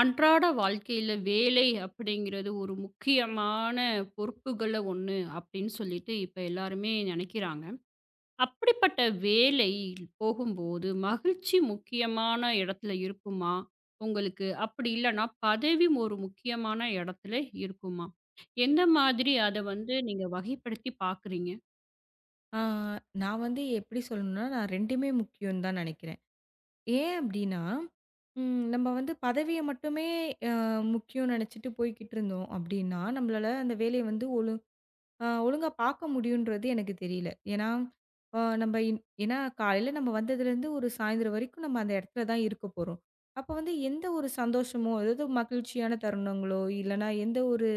அன்றாட வாழ்க்கையில வேலை அப்படிங்கிறது ஒரு முக்கியமான பொறுப்புகள்ல ஒண்ணு அப்படின்னு சொல்லிட்டு இப்ப எல்லாருமே நினைக்கிறாங்க. அப்படிப்பட்ட வேலை போகும்போது மகிழ்ச்சி முக்கியமான இடத்துல இருக்குமா? உங்களுக்கு அப்படி இல்லன்னா பதவியும் ஒரு முக்கியமான இடத்துல இருக்குமா? எந்த மாதிரி அத வந்து நீங்க வகைப்படுத்தி பார்க்குறீங்க? ஆ, நான் வந்து எப்படி சொல்லணும்னா, நான் 2மே முக்கியம்னு தான் நினைக்கிறேன். ஏன் அப்படின்னா, நம்ம வந்து பதவிய மட்டுமே அ முக்கியம்னு நினைச்சுட்டு போய்க்கிட்டு இருந்தோம் அப்படின்னா, நம்மளால அந்த வேலைய வந்து ஒழுங்கா பார்க்க முடியுன்றது எனக்கு தெரியல. ஏன்னா, அ நம்ம இன் ஏன்னா காலையில நம்ம வந்ததுலேருந்து ஒரு சாயந்தரம் வரைக்கும் நம்ம அந்த இடத்துல தான் இருக்க போறோம். அப்ப வந்து எந்த ஒரு சந்தோஷமோ, அதாவது மகிழ்ச்சியான தருணங்களோ, இல்லன்னா எந்த ஒரு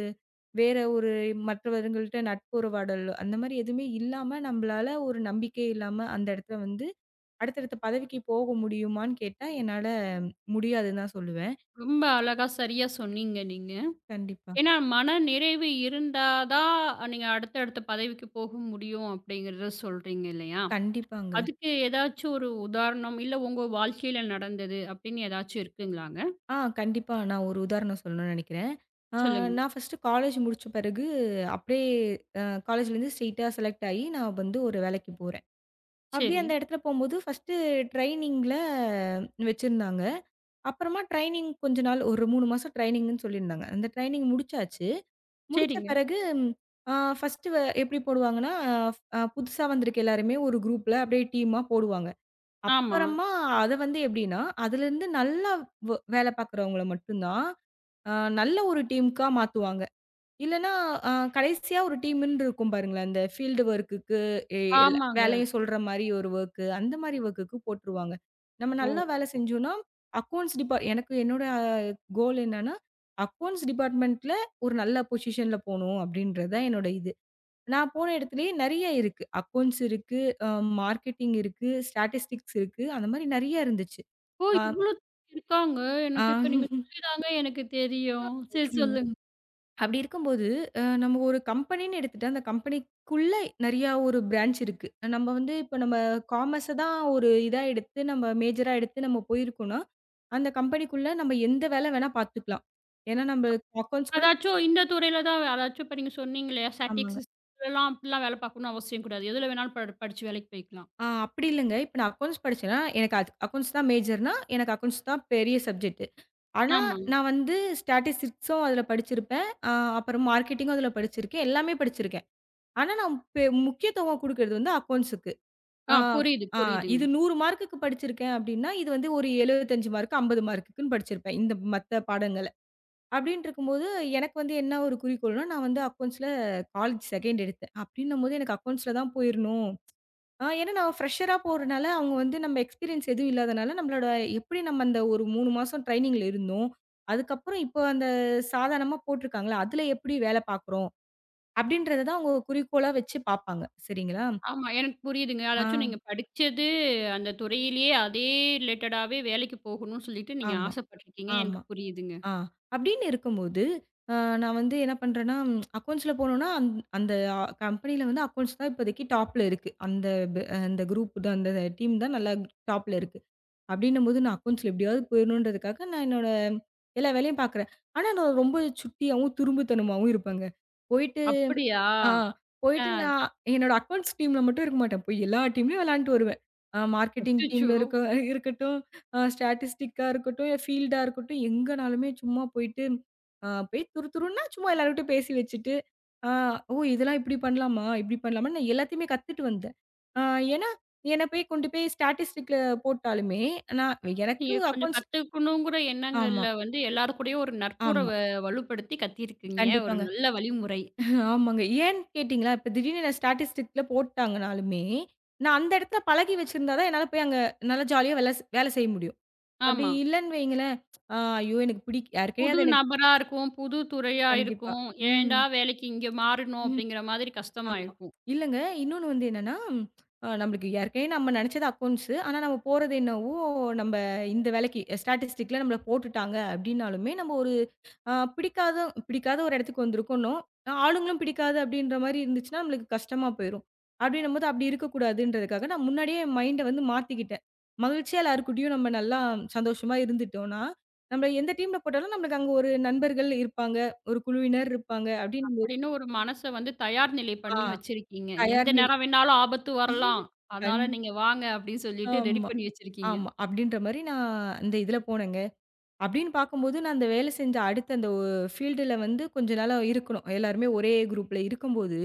வேற ஒரு மற்றவர்கள்ட்ட நட்புறவாடலோ, அந்த மாரி எதுவுமே இல்லாம நம்மளால ஒரு நம்பிக்கை இல்லாம அந்த இடத்துல வந்து அடுத்தடுத்த பதவிக்கு போக முடியுமான்னு கேட்டா, என்னால முடியாதுன்னு தான் சொல்லுவேன். ரொம்ப அழகா சரியா சொன்னீங்க நீங்க. கண்டிப்பா. ஏன்னா மன நிறைவு இருந்தா தான் நீங்க அடுத்த அடுத்த பதவிக்கு போக முடியும் அப்படிங்கிறத சொல்றீங்க இல்லையா? கண்டிப்பாங்க. அதுக்கு ஏதாச்சும் ஒரு உதாரணம், இல்ல உங்க வாழ்க்கையில நடந்தது அப்படின்னு ஏதாச்சும் இருக்குங்களாங்க? கண்டிப்பா நான் ஒரு உதாரணம் சொல்லணும்னு நெனைக்கிறேன். ஆ, சொல்லுங்க. நான் ஃபர்ஸ்ட்டு காலேஜ் முடிச்ச பிறகு அப்படியே காலேஜ்லேருந்து ஸ்ட்ரெயிட்டா செலக்ட் ஆயி, நான் வந்து ஒரு வேலைக்கு போறேன். அப்படியே சரி. அந்த இடத்துல போம்போது ஃபர்ஸ்ட்டு ட்ரெய்னிங்ல வச்சிருந்தாங்க. அப்புறமா ட்ரெய்னிங் கொஞ்ச நாள் ஒரு 3 மாசம் ட்ரெய்னிங்ன்னு சொல்லியிருந்தாங்க. அந்த ட்ரெய்னிங் முடிச்சாச்சு. முடிச்ச சரிங்க. பிறகு ஃபர்ஸ்ட்டு எப்படி போடுவாங்கன்னா, புதுசா வந்திருக்க எல்லாருமே ஒரு குரூப்ல அப்படியே டீமா போடுவாங்க. ஆமா. அப்புறமா அத வந்து எப்படின்னா, அதுலேருந்து நல்லா வேலை பார்க்குறவங்கள மட்டும் தான், அ நல்ல ஒரு டீமுக்கா மாத்துவாங்க. இல்லன்னா, அ கடைசியா ஒரு டீம்ன்னு இருக்கும் பாருங்களேன். அந்த ஃபீல்டு வொர்க்குக்கு எல்ல ஆமாங்க. வேலையும் சொல்ற மாரி ஒரு வொர்க்கு, அந்த மாரி வொர்க்குக்கு போட்டுருவாங்க. நம்ம ஓ! நல்லா வேலை செஞ்சோம்னா, அக்கவுண்ட்ஸ் டிபார்ட் எனக்கு என்னோட கோல் என்னன்னா, அக்கவுண்ட்ஸ் டிபார்ட்மெண்ட்ல ஒரு நல்ல பொசிஷன்ல போணும் அப்படின்றது தான் என்னோட இது. நான் போன இடத்துலயே நெறைய இருக்கு. அக்கவுண்ட்ஸ் இருக்கு, அ மார்க்கெட்டிங் இருக்கு, ஸ்டாட்டிஸ்டிக்ஸ் இருக்கு. அந்த மாரி நெறைய இருந்துச்சு. ஓ! ஆ இவ்ளோ இருக்காங்க. ஆ எனக்கு இப்ப நீங்க சொல்லி தாங்க எனக்கு தெரியும். சரி சொல்லுங்க. அப்படி இருக்கும்போது, நம்ம ஒரு கம்பெனின்னு எடுத்துட்டா, அந்த கம்பெனிக்குள்ள நெறையா ஒரு பிரான்ச் இருக்கு. நம்ம வந்து இப்ப நம்ம காமர்ஸ தான் ஒரு இதா எடுத்து, நம்ம மேஜரா எடுத்து நம்ம போயிருக்கோம்ன்னா, அந்த கம்பெனிக்குள்ள நம்ம எந்த வேலை வேணா பார்த்துக்கலாம். ஏன்னா நம்ம அக்கவுண்ட்ஸ்குள்ள அதாச்சும் இந்த துறையில தான் அதாச்சும் இப்ப நீங்க சொன்னீங்க இல்லையா? ஆமாங்க. ஸ்டாட்டிக்ஸ் இதெல்லாம் அப்படிலாம் வேலை பார்க்கணும்னு அவசியம் கிடையாது. எதுல வேணாலும் ப படிச்சு வேலைக்கு போய்க்கலாம். அப்படி இல்லங்க. இப்ப நான் அக்கவுண்ட்ஸ் படிச்சேன்னா, எனக்கு அது அக்கவுண்ட்ஸ் தான் மேஜர்னா, எனக்கு அக்கவுண்ட்ஸ் தான் பெரிய சப்ஜெக்ட். ஆனா, ஆமா. நான் வந்து ஸ்டாட்டிஸ்டிக்ஸும் அதுல படிச்சிருப்பேன். அப்புறம் மார்க்கெட்டிங்கும் அதுல படிச்சிருக்கேன். எல்லாமே படிச்சிருக்கேன். ஆனா, நான் முக்கியத்துவம் குடுக்குறது வந்து அக்கவுண்ட்ஸுக்கு. ஆ ஆ, புரியுது, ஆ புரியுதுங்க. இது 100 மார்க்குக்கு படிச்சிருக்கேன் அப்டின்னா, இது வந்து ஒரு 75 மார்க், 50 மார்க்குக்குன்னு படிச்சிருப்பேன். இந்த மத்த பாடங்கள. அப்டின்ட்டு இருக்கும்போது, எனக்கு வந்து என்ன ஒரு குறிக்கோள்னா, நான் வந்து அக்கவுண்ட்ஸ்ல காலேஜ் செகண்ட் எடுத்தேன். அப்டின்னும்போது எனக்கு அக்கவுண்ட்ஸ்ல தான் போயிரணும். ஏன்னா நான் ஃப்ரெஷரா போறனால, அவங்க வந்து நம்ம எக்ஸ்பீரியன்ஸ் எதுவும் இல்லாதனால, நம்மளோட எப்டி நம்ம அந்த ஒரு 3 மாசம் ட்ரெய்னிங்ல இருந்தோம். அதுக்கப்புறம் இப்போ அந்த சாதாரணமா போட்ருக்காங்கல்ல, அதுல எப்டி வேல பாக்குறோம்? அப்டின்றத தான் அவங்க குறிக்கோளா வச்சு பாப்பாங்க. சரிங்களா? ஆமா. எனக்கு புரியுதுங்க. ஆ, அதாச்சும் நீங்க படிச்சது அந்த துறையிலேயே அதே ரிலேட்டடாவே வேலைக்கு போகணும்னு சொல்லிட்டு நீங்க ஆமா, ஆசைப்பட்டுருக்கீங்க. ஆமா. எனக்கு புரியுதுங்க. ஆ. அப்படின்னு இருக்கும்போது, அ நான் வந்து என்ன பண்றேன்னா, அக்கவுண்ட்ஸ்ல போனோம்னா, அந் அந்த அ கம்பெனியில வந்து அக்கவுண்ட்ஸ் தான் இப்போதைக்கு டாப்ல இருக்கு. அந்த பே அந்த குரூப் தான், அந்த டீம் தான் நல்லா டாப்ல இருக்கு. அப்படின்னும்போது நான் அக்கவுண்ட்ஸ்ல எப்படியாவது போயிடணுன்றதுக்காக, நான் என்னோட எல்லா வேலையும் பார்க்குறேன். ஆனா நான் ரொம்ப சுட்டியாவும், துரும்புத்தனமாவும் இருப்பேங்க. போயிட்டு அப்படியா? ஆ ஆ போயிட்டு நான் என்னோட அக்கவுண்ட்ஸ் டீம்ல மட்டும் இருக்க மாட்டேன். போய் எல்லா டீம்லயும் விளையாண்டுட்டு வருவேன். மார்க்கெட்டிங் அச்சச்சோ! டீம்ல இருக்க இருக்கட்டும், ஸ்டாட்டிஸ்டிக்கா இருக்கட்டும், ஃபீல்டா இருக்கட்டும், எங்கனாலுமே சும்மா போயிட்டு, போய் துருதுருன்னா சும்மா எல்லார்கிட்டயும் பேசி வச்சுட்டு, அ ஓ! இதெல்லாம் இப்படி பண்ணலாமா? இப்படி பண்ணலாமான்னு நான் எல்லாத்தையுமே கத்துட்டு வந்தேன். அ ஏன்னா, என்ன போய் கொண்டு போய் ஸ்டாட்டிஸ்டிக்ல போட்டாலுமே, நான் எனக்கு நீங்க கொஞ்சம் அக்கவுண்ட்ஸ் கத்துக்கணுங்கிற ஆமா, எண்ணங்கள்ல வந்து எல்லார் கூடயும் ஒரு ஆமா. நட்புறவ வலுப்படுத்தி கத்திருக்கீங்க. ஒரு கண்டிப்பாங்க. நல்ல வழிமுறை. ஆமாங்க. ஏன்னு கேட்டீங்களா, இப்ப திடீர்னு என்ன ஸ்டாட்டிஸ்டிக்ல போட்டாங்கனாலுமே, நான் அந்த இடத்துல பழகி வச்சிருந்தா தான் என்னால போய் அங்க நல்லா ஜாலியா வேலை செய்ய முடியும். அப்படி ஆமா. இல்லன்னு வையுங்களேன், "ஐயோ! எனக்கு யார் புது கிடையாது எனக்கு" நபரா இருக்கும், புது துறையா கண்டிப்பா. இருக்கும். ம். ஏன்டா வேலைக்கு இங்க மாறணும் அப்படிங்கிற மாதிரி கஷ்டமா ஆமா. இருக்கும். இல்லங்க. இன்னொன்னு வந்து என்னன்னா, நம்மளுக்கு ஏற்கனவே நம்ம நெனச்சது அக்கவுண்ட்ஸ். ஆனா நம்ம போறது என்னவோ, நம்ம இந்த வேலைக்கு ஸ்டாட்டிஸ்டிக்ல நம்மள போட்டுட்டாங்க அப்டின்னாலுமே, நம்ம ஒரு பிடிக்காத பிடிக்காத ஒரு இடத்துக்கு வந்திருக்கோம்னோ, ஆளுங்களும் பிடிக்காது அப்டின்ற மாரி இருந்துச்சுன்னா, நம்மளுக்கு கஷ்டமா போயிரும். அப்டின்னும்போது அப்டி இருக்கக்கூடாதுன்றதுக்காக நான் முன்னாடியே என் மைண்ட வந்து மாத்திக்கிட்டேன். மகிழ்ச்சியா எல்லார்கிட்டயும் நம்ம நல்லா சந்தோஷமா இருந்துட்டோம்னா, நம்ம எந்த டீம்ல போட்டாலும் நம்மளுக்கு அங்க ஒரு நண்பர்கள் இருப்பாங்க, ஒரு குழுவினர் இருப்பாங்க அப்டின்னு அப்படின்னு ஒரு மனச வந்து தயார் நிலை ஆ பண்ணி வச்சிருக்கீங்க. எந்த தயார் நேரம் வேணாலும் ஆபத்து வரலாம். கண் அதனால நீங்க வாங்க அப்படின்னு சொல்லிட்டு ரெடி ஆமா, பண்ணி வச்சிருக்கீங்க. ஆமா. அப்டின்ற மாரி நான் அந்த இதுல போனேங்க. அப்டின்னு பார்க்கும்போது, நான் அந்த வேலை செஞ்ச அடுத்த அந்த ஃபீல்டுல வந்து கொஞ்ச நாளா இருக்கணும். எல்லாருமே ஒரே குரூப்ல இருக்கும்போது,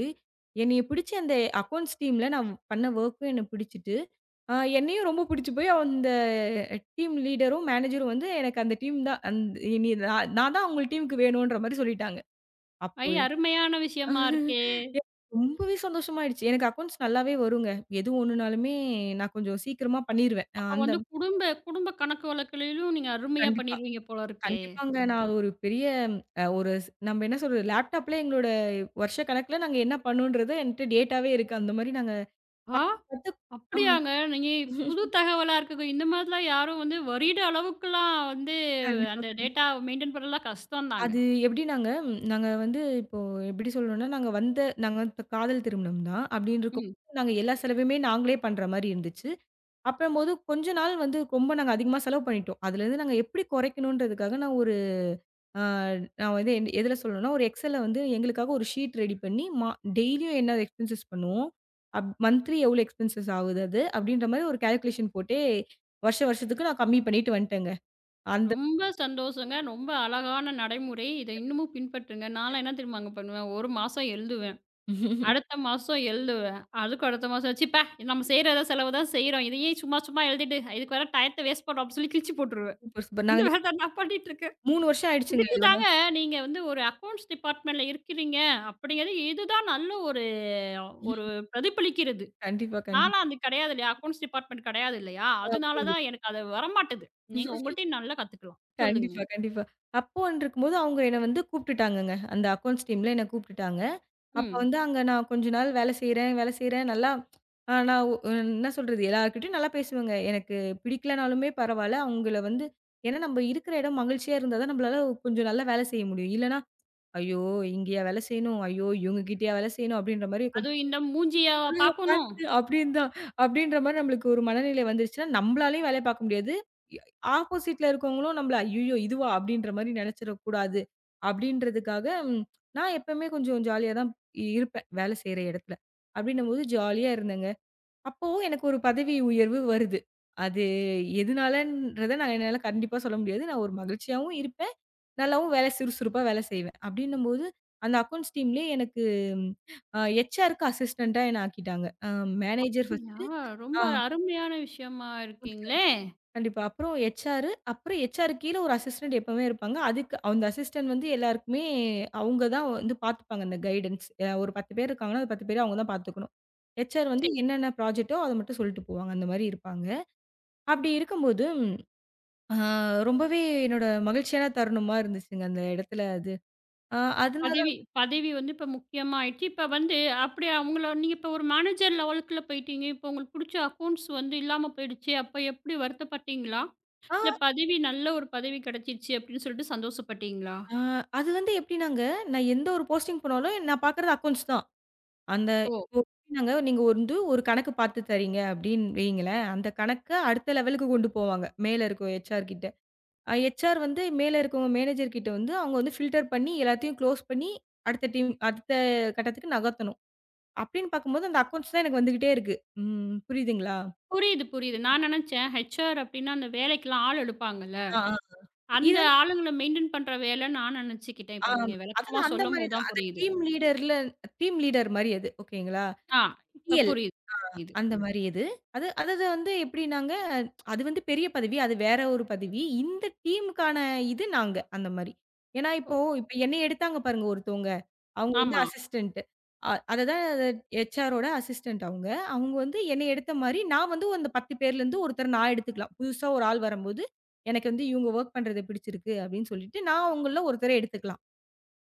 என்னைய பிடிச்சு அந்த அக்கவுண்ட்ஸ் டீம்ல நான் பண்ண வொர்க்கும் என்ன பிடிச்சிட்டு, என்னையும் ரொம்ப பிடிச்சு போய் அந்த டீம் லீடரும், மேனேஜரும் வந்து எனக்கு அந்த டீம் தான் நீ நான் நான் தான் உங்க டீமுக்கு வேணுன்ற மாரி சொல்லிட்டாங்க. ஐ அப்போ அருமையான விஷயமா இருக்கே! எ ரொம்பவே சந்தோஷமாயிடுச்சு. எனக்கு அக்கவுண்ட்ஸ் நல்லாவே வருங்க. எது ஒண்ணுனாலுமே நான் கொஞ்சம் சீக்கிரமா பண்ணிருவேன். அ அப்ப அந்த வந்து குடும்ப குடும்ப கணக்கு வழக்குகளிலும் நீங்க அருமையா கண்டிப்பா. பண்ணிருவீங்க போல இருக்கே! கண்டிப்பாங்க. நான் அது ஒரு பெரிய அ ஒரு ஸ் நம்ம என்ன சொல்றது? லேப்டாப்ல எங்களோட வருஷ கணக்குல நாங்க என்ன பண்ணோன்றது என்ட்ட டேட்டாவே இருக்கு. அந்த மாரி நாங்க ஆ கத்து ஆ அப்படியாங்க? நீங்க புது தகவலா இருக்குங்க. இந்த மாதிரிலாம் யாரும் வந்து வருட அளவுக்குலாம் வந்து கண்டிப்பா, அந்த கண்டிப்பா. டேட்டா மெயின்டெயின் பண்ணலாம் கஷ்டம் தாங்க. அது எப்படினாங்க, நாங்க நாங்க வந்து இப்போ எப்படி சொல்லணும்னா, நாங்க இப்ப காதல் திருமணம் தான். அப்படின்னு இருக்கோம். ம். நாங்க எல்லா செலவுமே நாங்களே பண்ற மாரி இருந்துச்சு. அப்பம்போது கொஞ்ச நாள் வந்து ரொம்ப நாங்க அதிகமா செலவு பண்ணிட்டோம். அதுலேருந்து நாங்க எப்படி குறைக்கணுன்றதுக்காக நான் ஒரு அ நான் வந்து என் எதுல சொல்லணும்னா, ஒரு எக்ஸல்ல வந்து எங்களுக்காக ஒரு ஷீட் ரெடி பண்ணி டெய்லியும் என்ன எக்ஸ்பென்சஸ் பண்ணுவோம், மந்த்லி எவ்வளோ எக்ஸ்பென்சஸ் ஆகுது அது அப்படின்ற மாரி ஒரு கால்குலேஷன் போட்டே வருஷம் வருஷத்துக்கு நான் கம்மி பண்ணிட்டு வந்துட்டேங்க. அந்த ரொம்ப சந்தோஷங்க. ரொம்ப அழகான நடைமுறை. இத இன்னமும் பின்பற்றுங்க. நான்லாம் என்ன தெரியுமாங்க பண்ணுவேன்? 1 மாசம் எழுதுவேன். அடுத்த மாசம் எழுதுவேன். அதுக்கு அடுத்த மாசம், "ச்சீ பே! நம்ம செய்ற செலவு தான் செய்றோம். இத ஏன் சும்மா சும்மா எழுதிட்டு, இதுக்கு வேற டயத்த வேஸ்ட் பண்றோம்." அப்படி சொல்லி கிழிச்சு போட்டுருவேன். Super, super. இந்த நாங்க வந்து வேல தான் நான் பண்ணிட்டுருக்கேன். 3 வருஷம் ஆயிடுச்சுங்க இதுக்கு இதோட. தாங்க நீங்க வந்து ஒரு அக்கவுண்ட்ஸ் டிபார்ட்மெண்ட்ல இருக்கிறீங்க அப்படிங்கிறது இதுதான் நல்ல ஒரு ஒரு பிரதிபலிக்கிறது. கண்டிப்பா, கண்டிப்பா. நான்லாம் அது கிடையாது இல்லையா? அக்கவுண்ட்ஸ் டிபார்ட்மெண்ட் கிடையாது இல்லையா? அதனால தான் புரியுது. எனக்கு அது வரமாட்டுது. நீங்க உங்கள்ட்டயும் நல்லா கத்துக்கலாம். சொல்லுங்க. கண்டிப்பா, கண்டிப்பா. அப்போன்ருக்கும்போது அவங்க என்ன வந்து கூப்பிட்டுட்டாங்கங்க. அந்த அக்கவுண்ட்ஸ் டீம்ல என்ன கூப்பிட்டுட்டாங்க. அப்ப ம். வந்து அங்க நான் கொஞ்ச நாள் வேலை செய்றேன், வேலை செய்றேன். நல்லா அ நான் ஒ என்ன சொல்றது? எல்லார்கிட்டயும் நல்லா பேசுவேங்க. எனக்கு பிடிக்கலனாலுமே பரவால்ல. அவங்கள வந்து ஏன்னா நம்ப இருக்கிற இடம் மகிழ்ச்சியா இருந்தா தான் நம்பளால கொஞ்சம் நல்லா வேலை செய்ய முடியும். இல்லன்னா, "ஐயோ! இங்கேயா வேலை செய்யணும்? ஐயோ! இவங்ககிட்டயா வேலை செய்யணும்?" அப்படின்ற மாரி கொஞ்சம் அதுவும் இந்த மூஞ்சிய அ பார்க்கணும். பார்த்து அப்படின்னு தான். அப்படின்ற மாரி நம்மளுக்கு ஒரு மனநிலை வந்துருச்சுன்னா, நம்மளாலயும் வேலைய பார்க்க முடியாது. எ ஆப்போசிட்ல இருக்கவங்களும் நம்மள "ஐய்யய்யோ! இதுவா?" அப்படின்ற மாரி நெனச்சிறக்கூடாது. அப்படின்றதுக்காக நான் எப்பவுமே கொஞ்சம் ஜாலியா தான் இருப்பேன். வேலை செய்ற இடத்துல. அப்படின்னும்போது ஜாலியா இருந்தேங்க. அப்போ எனக்கு ஒரு பதவி உயர்வு வருது. அது எதுனாலன்றத நான் என்னால கண்டிப்பா சொல்ல முடியாது. நான் ஒரு மகிழ்ச்சியாவும் இருப்பேன். நல்லாவும் சுறுசுறுப்பா வேலை செய்வேன். அப்டின்னும்போது, அந்த அக்கவுண்ட்ஸ் டீம்லயே எனக்கு ஹெச்ஆர்‌க்கு அசிஸ்டன்ட்டா என்ன ஆக்கிட்டாங்க. அ மேனேஜர் அப்படியா? ஃபர்ஸ்ட்டு ஆ ரொம்ப அருமையான விஷயமா இருக்கீங்களே! கண்டிப்பா. அப்புறம் ஹெச்ஆர்‌க்கு கீழ ஒரு அசிஸ்டன்ட் எப்பவுமே இருப்பாங்க. அதுக்கு அந்த அசிஸ்டன்ட் வந்து எல்லாருக்குமே அவங்க தான் வந்து பார்த்துப்பாங்க அந்த கைடன்ஸ். ஒரு 10 பேர் இருக்காங்கன்னா, அது 10 பேரையும் அவங்க தான் பார்த்துக்கணும். ஹெச்ஆர் வந்து சரி. என்னென்ன ப்ராஜெக்ட்டோ அத மட்டும் சொல்லிட்டு போவாங்க. அந்த மாரி இருப்பாங்க. அப்படி இருக்கும்போது, ஆ ரொம்பவே என்னோட மகிழ்ச்சியான தருணமா இருந்துச்சுங்க அந்த இடத்துல அது. ஆ அதனால பதவி பதவி வந்து இப்ப முக்கியமா ஆயிடுச்சு. இப்ப வந்து அப்படியே அவங்கள நீங்க இப்ப ஒரு மேனேஜர் லெவலுக்குள்ள போயிட்டீங்க. இப்ப உங்களுக்கு புடிச்ச அக்கவுண்ட்ஸ் வந்து இல்லாம போயிடுச்சு. அப்ப எப்படி வருத்தப்பட்டீங்களா? ஆ. இல்ல பதவி நல்ல ஒரு பதவி கிடைச்சிருச்சு அப்படின்னு சொல்லிட்டு சந்தோஷப்பட்டீங்களா? ஆ அது வந்து எப்படின்னாங்க, நான் எந்த ஒரு போஸ்டிங் போனாலும் நான் பார்க்குறது அக்கவுண்ட்ஸ் தான். அந்த ஓ! இப்போ எப்படின்னாங்க, நீங்க வந்து ஒரு கணக்கு பார்த்து தர்றீங்க அப்படின்னு வையுங்களேன், அந்த கணக்க அடுத்த லெவலுக்கு கொண்டு போவாங்க. மேல இருக்க ஹெச்ஆர் கிட்ட. ஹெச்ஆர் வந்து மேல இருக்கவங்க மேனேஜர் கிட்ட வந்து அவங்க வந்து ஃபில்டர் பண்ணி எல்லாத்தையும் க்ளோஸ் பண்ணி அடுத்த கட்டத்துக்கு நகர்த்தணும். அப்படின்னு பார்க்கும்போது அந்த அக்கவுண்ட்ஸ் தான் எனக்கு வந்துகிட்டே இருக்கு. ம் புரியுதுங்களா? புரியுது, புரியுது. நான் நினைச்சேன் ஹெச்ஆர் அப்படின்னா அந்த வேலைக்கெல்லாம் ஆள் எடுப்பாங்கல்ல. ஆ, ஆ. இது அந்த ஆளுங்கள மெயின்டெயின் பண்ற வேலைன்னு நான் நினைச்சுக்கிட்டேன். இப்ப ஆம். நீங்க விளக்கமா அதுதான் அந்த மாரி சொல்லும்போது தான். தான் அந்த புரியுது. டீம் லீடர்ல டீம் லீடர் மாரி அது. ஓகேங்களா? ஆ இப்ப டிஎல் புரியுது, புரியுது. அந்த மாரி இது. அது அதது வந்து எப்படின்னாங்க, அது வந்து பெரிய பதவி. அது வேற ஒரு பதவி. இந்த டீமுக்கான இது நாங்க, அந்த மாரி. ஏன்னா ஓ! இப்ப என்னைய எடுத்தாங்க பாருங்க ஒருத்தவங்க. அவங்க வந்து ஆமா. அசிஸ்டன்ட். அததான் ஹெச்ஆரோட அசிஸ்டன்ட் அவங்க. அவங்க வந்து என்னைய எடுத்த மாரி, நான் வந்து அந்த 10 பேர்லருந்து ஒருத்தர நான் எடுத்துக்கலாம். புதுசா ஒரு ஆள் வரம்போது, எனக்கு வந்து இவங்க வொர்க் பண்றது பிடிச்சிருக்கு அப்படின்னு சொல்லிட்டு, நான் அவங்கள்ல ஒருத்தர எடுத்துக்கலாம்.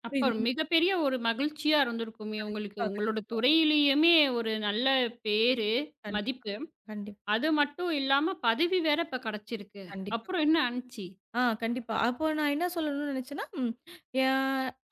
அப்ப புரியுதுங் மிகப்பெரிய ஒரு மகிழ்ச்சியா இருந்திருக்குமே உங்களுக்கு. கண்டிப்பா, உங்களோட கண்டிப்பா, துறையிலேயுமே ஒரு நல்ல பேரு, கண்டிப்பா. மதிப்பு. கண்டிப் அது மட்டும் இல்லாம பதவி வேற இப்ப கிடைச்சிருக்கு. கண்டிப்பா. அப்புறம் என்ன ஆனுச்சு? கண்டிப்பா. அப்போ நான் என்ன சொல்லணும்னு நினைச்சேன்னா, ம் யா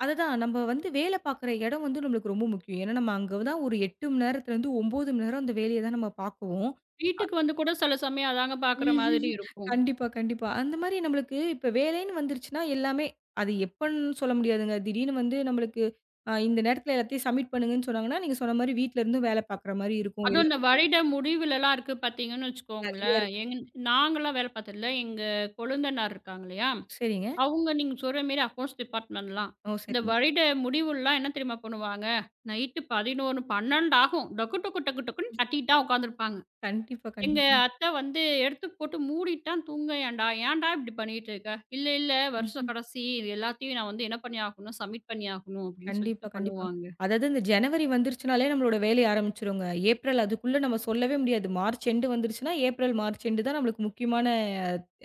அதுதான் நம்ம வந்து வேலை பார்க்குற இடம் வந்து நம்மளுக்கு ரொம்ப முக்கியம். ஏன்னா, நம்ம அங்க தான் ஒரு 8 மணி நேரத்துலருந்து 9 மணி நேரம் அந்த வேலைய தான் நம்ம பார்க்குவோம். வீட்டுக்கு வந்து கூட சில சமயம் அதாங்க பார்க்குற மாதிரி ம்ஹும். இருக்கும். கண்டிப்பா, கண்டிப்பா. அந்த மாரி நம்மளுக்கு இப்ப வேலைன்னு வந்துருச்சுன்னா, எல்லாமே அது எப்பன்னு சொல்ல முடியாதுங்க. திடீர்னு வந்து நம்மளுக்கு இந்த நேரத்துல எல்லாத்தையும் சப்மிட் பண்ணுங்கன்னு சொன்னாங்கன்னா, நீங்க சொன்ன மாரி வீட்ல இருந்தும் வேலை பார்க்குற மாரி இருக்கும். அதுவும் இந்த எல்லாமே வருட முடிவுலலாம் இருக்கு பார்த்தீங்கன்னு நெறைய வச்சுக்கோங்களேன். இருக்கும். நாங்கலாம் வேலை பார்த்ததுல எங்க கொழுந்தனார் இருக்காங்க இல்லையா? சரிங்க. அவங்க நீங்க சொல்ற மாரி அக்கவுண்ட்ஸ் டிபார்ட்மெண்ட்லாம். ஓ! இந்த சரிங்க. வருட முடிவுலலாம் என்ன தெரியுமா பண்ணுவாங்க? நைட்டு 11, 12 ஆகும். டொக்கு டொக்கு டொக்கு டொக்குன்னு தட்டிட்டு தான் உட்காந்துருப்பாங்க. கண்டிப்பா, எங்க கண்டிப்பா. அத்தை வந்து எடுத்து போட்டு மூடிட்டான் தூங்க ஏன்டா, ஏன்டா இப்படி பண்ணிட்டு இருக்க? இல்ல, இல்ல வருஷ கடைசி இது எல்லாத்தையும் நான் வந்து என்ன பண்ணி ஆகணும், சப்மிட் பண்ணி ஆகணும் அப்படின்னு கண்டிப்பா, சொல்லிட்டு கண்டிப்பாங்க. பண்ணுவாங்க. அதாவது இந்த ஜனவரி வந்துருச்சுனாலே நம்மளோட வேலை ஆரம்பிச்சுருங்க. ஏப்ரல் அதுக்குள்ள நம்ம சொல்லவே முடியாது. மார்ச் எண்டு வந்துருச்சுன்னா, ஏப்ரல், மார்ச் எண்டு தான் நம்மளுக்கு முக்கியமான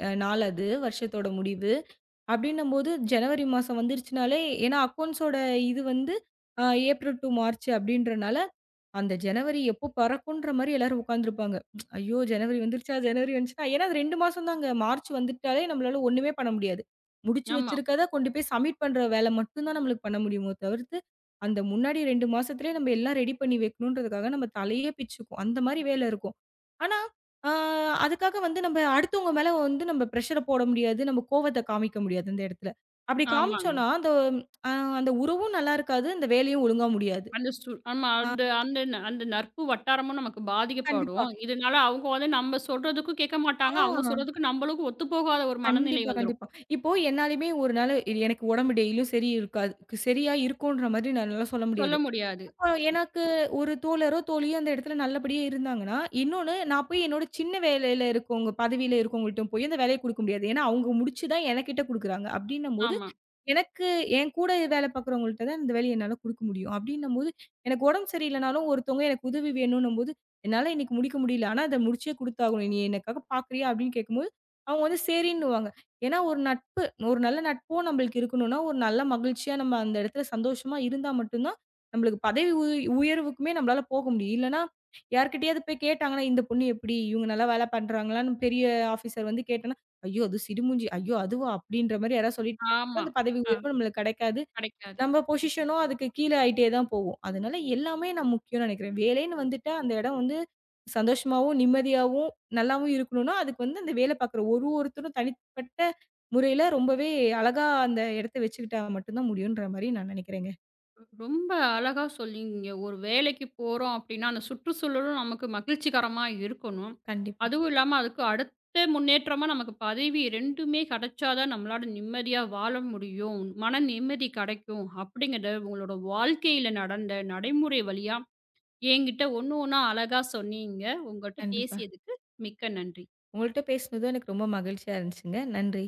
நாள் அது, வருஷத்தோட முடிவு. அப்டின்னும்போது ஜனவரி மாசம் வந்துருச்சுனாலே ஏன்னா அக்கவுண்ட்ஸோட இது வந்து அ ஏப்ரல் டூ மார்ச் அப்டின்றனால அந்த ஜனவரி எப்போ பறக்குன்ற மாரி எல்லாரும் உட்காந்துருப்பாங்க. ஐயோ! ஜனவரி வந்துருச்சா? ஜனவரி வந்துச்சுனா ஏன்னா அது 2 மாசம் தாங்க. மார்ச் வந்துட்டாலே நம்மளால ஒண்ணுமே பண்ண முடியாது. முடிச்சு ஆமா, வச்சிருக்கத கொண்டு போய் சப்மிட் பண்ற வேல மட்டும் தான் நம்மளுக்கு பண்ண முடியுமோ தவிர்த்து, அந்த முன்னாடி 2 மாசத்துலயே நம்ம எல்லாம் ரெடி பண்ணி வைக்கணுன்றதுக்காக நம்ம தலையே பிச்சுக்கும். அந்த மாரி வேல இருக்கும். ஆனா, ஆ அதுக்காக வந்து நம்ம அடுத்தவங்க மேல வந்து நம்ம பிரஷர போட முடியாது. நம்ம கோவத்த காமிக்க முடியாது அந்த இடத்துல. அப்படி ஆமாங்க. காமிச்சோம்னா, அ அந்த உறவும் நல்லா இருக்காது. அந்த வேலையும் ஒழுங்கா முடியாது. அந்த ஸ்டூ ஆமா, ஆ அந்த அந்த ந- அந்த நட்பு வட்டாரமும் நமக்கு கண்டிப்பா. பாதிக்கப்படும். இதனால அவங்க வந்து நம்ம சொல்றதுக்கும் கேட்க மாட்டாங்க. ஆ, அவங்க சொல்றதுக்கு நம்மளுக்கும் ஒத்துப்போகாத ஒரு மனநிலை கண்டிப்பா, வந்துரும். கண்டிப்பா. இப்போ என்னாலயுமே ஒரு நாள் இது எனக்கு உடம்பு டெய்லியும் சரி இருக்காது. சரியா இருக்குன்ற மாதிரி என்னால சொல்ல சொல்ல முடியாது. முடியாது. அப்போ எனக்கு ஒரு தோழரோ, தோழியோ அந்த இடத்துல நல்லபடியா இருந்தாங்கன்னா, இன்னொன்னு நான் போய் என்னோட சின்ன வேலையில இருக்கவங்க பதவியில இருக்கவங்கள்ட்ட போய் அந்த வேலைய குடுக்க முடியாது. ஏன்னா, அவங்க முடிச்சு தான் எனக்கிட்ட குடுக்குறாங்க. அப்படின்னும்போது ஆமா, எனக்கு என் கூட வேலை பார்க்குறவங்கள்ட்ட தான் இந்த வேலைய என்னால குடுக்க முடியும். அப்டின்னும்போது, எனக்கு உடம்பு சரியில்லனாலும் ஒருத்தவங்க எனக்கு உதவி வேணும்ன்னும்போது, என்னால இன்னைக்கு முடிக்க முடியல. ஆனா அத முடிச்சே குடுத்தாகணும். நீ எனக்காக பார்க்குறியா? அப்படின்னு கேட்கும்போது, அவங்க வந்து சரின்னுவாங்க. ஏன்னா ஒரு நட்பு, ஒரு நல்ல நட்பும் நம்மளுக்கு இருக்கணும்னா, ஒரு நல்ல மகிழ்ச்சியா நம்ம அந்த இடத்துல சந்தோஷமா இருந்தா மட்டும் தான், நம்மளுக்கு பதவி உ உயர்வுக்குமே நம்மளால போக முடியும். இல்லன்னா, யார்கிட்டயாவது போய் கேட்டாங்கன்னா, இந்த பொண்ணு எப்படி? இவங்க நல்லா வேலை பண்றாங்களான்னு பெரிய ஆஃபீசர் வந்து கேட்டோம்னா, ஐயோ! அது சிடுமூஞ்சி. ஐயோ! அதுவா? அப்படின்ற மாரி யாராவது ஆமா. அந்த பதவி ஆ, உயர்வு நம்மளுக்கு கிடைக்காது. கிடைக்காது. நம்ம பொசிஷனும் அதுக்கு கீழ ஆயிட்டே தான் போகும். அதனால எல்லாமே நான் முக்கியம்னு நெனைக்கிறேன். வேலைன்னு வந்துட்டா, அந்த இடம் வந்து சந்தோஷமாவும், நிம்மதியாவும், நல்லாவும் இருக்கணும்னா, அதுக்கு வந்து அந்த வேலை பார்க்குற ஒரு ஒருத்தரும் தனிப்பட்ட முறையில ரொம்பவே அழகா அந்த இடத்த வச்சுக்கிட்டா மட்டும் தான் முடியுன்ற மாரி நான் நெனைக்கிறேங்க. ரொம்ப அழகா சொன்னீங்க. ஒரு வேலைக்கு போறோம் அப்டின்னா, அந்த சுற்றுச்சூழலும் நமக்கு மகிழ்ச்சிகரமா இருக்கணும். கண்டிப்பா, அதுவும் இல்லாம அதுக்கு அடுத்த முன்னேற்றமா நமக்கு பதவி 2மே கிடைச்சா தான் நம்மளால நிம்மதியா வாழ முடியும். மன நிம்மதி கிடைக்கும். அப்படிங்கிறத உங்களோட வாழ்க்கையில நடந்த நடைமுறை வழியா என்கிட்ட ஒண்ணு ஒண்ணா அழகா சொன்னீங்க. உங்கள்ட்ட கண்டிப்பா. பேசியதுக்கு மிக்க நன்றி. உங்கள்ட்ட பேசுனதும் எனக்கு ரொம்ப மகிழ்ச்சியா இருந்துச்சுங்க. நன்றி.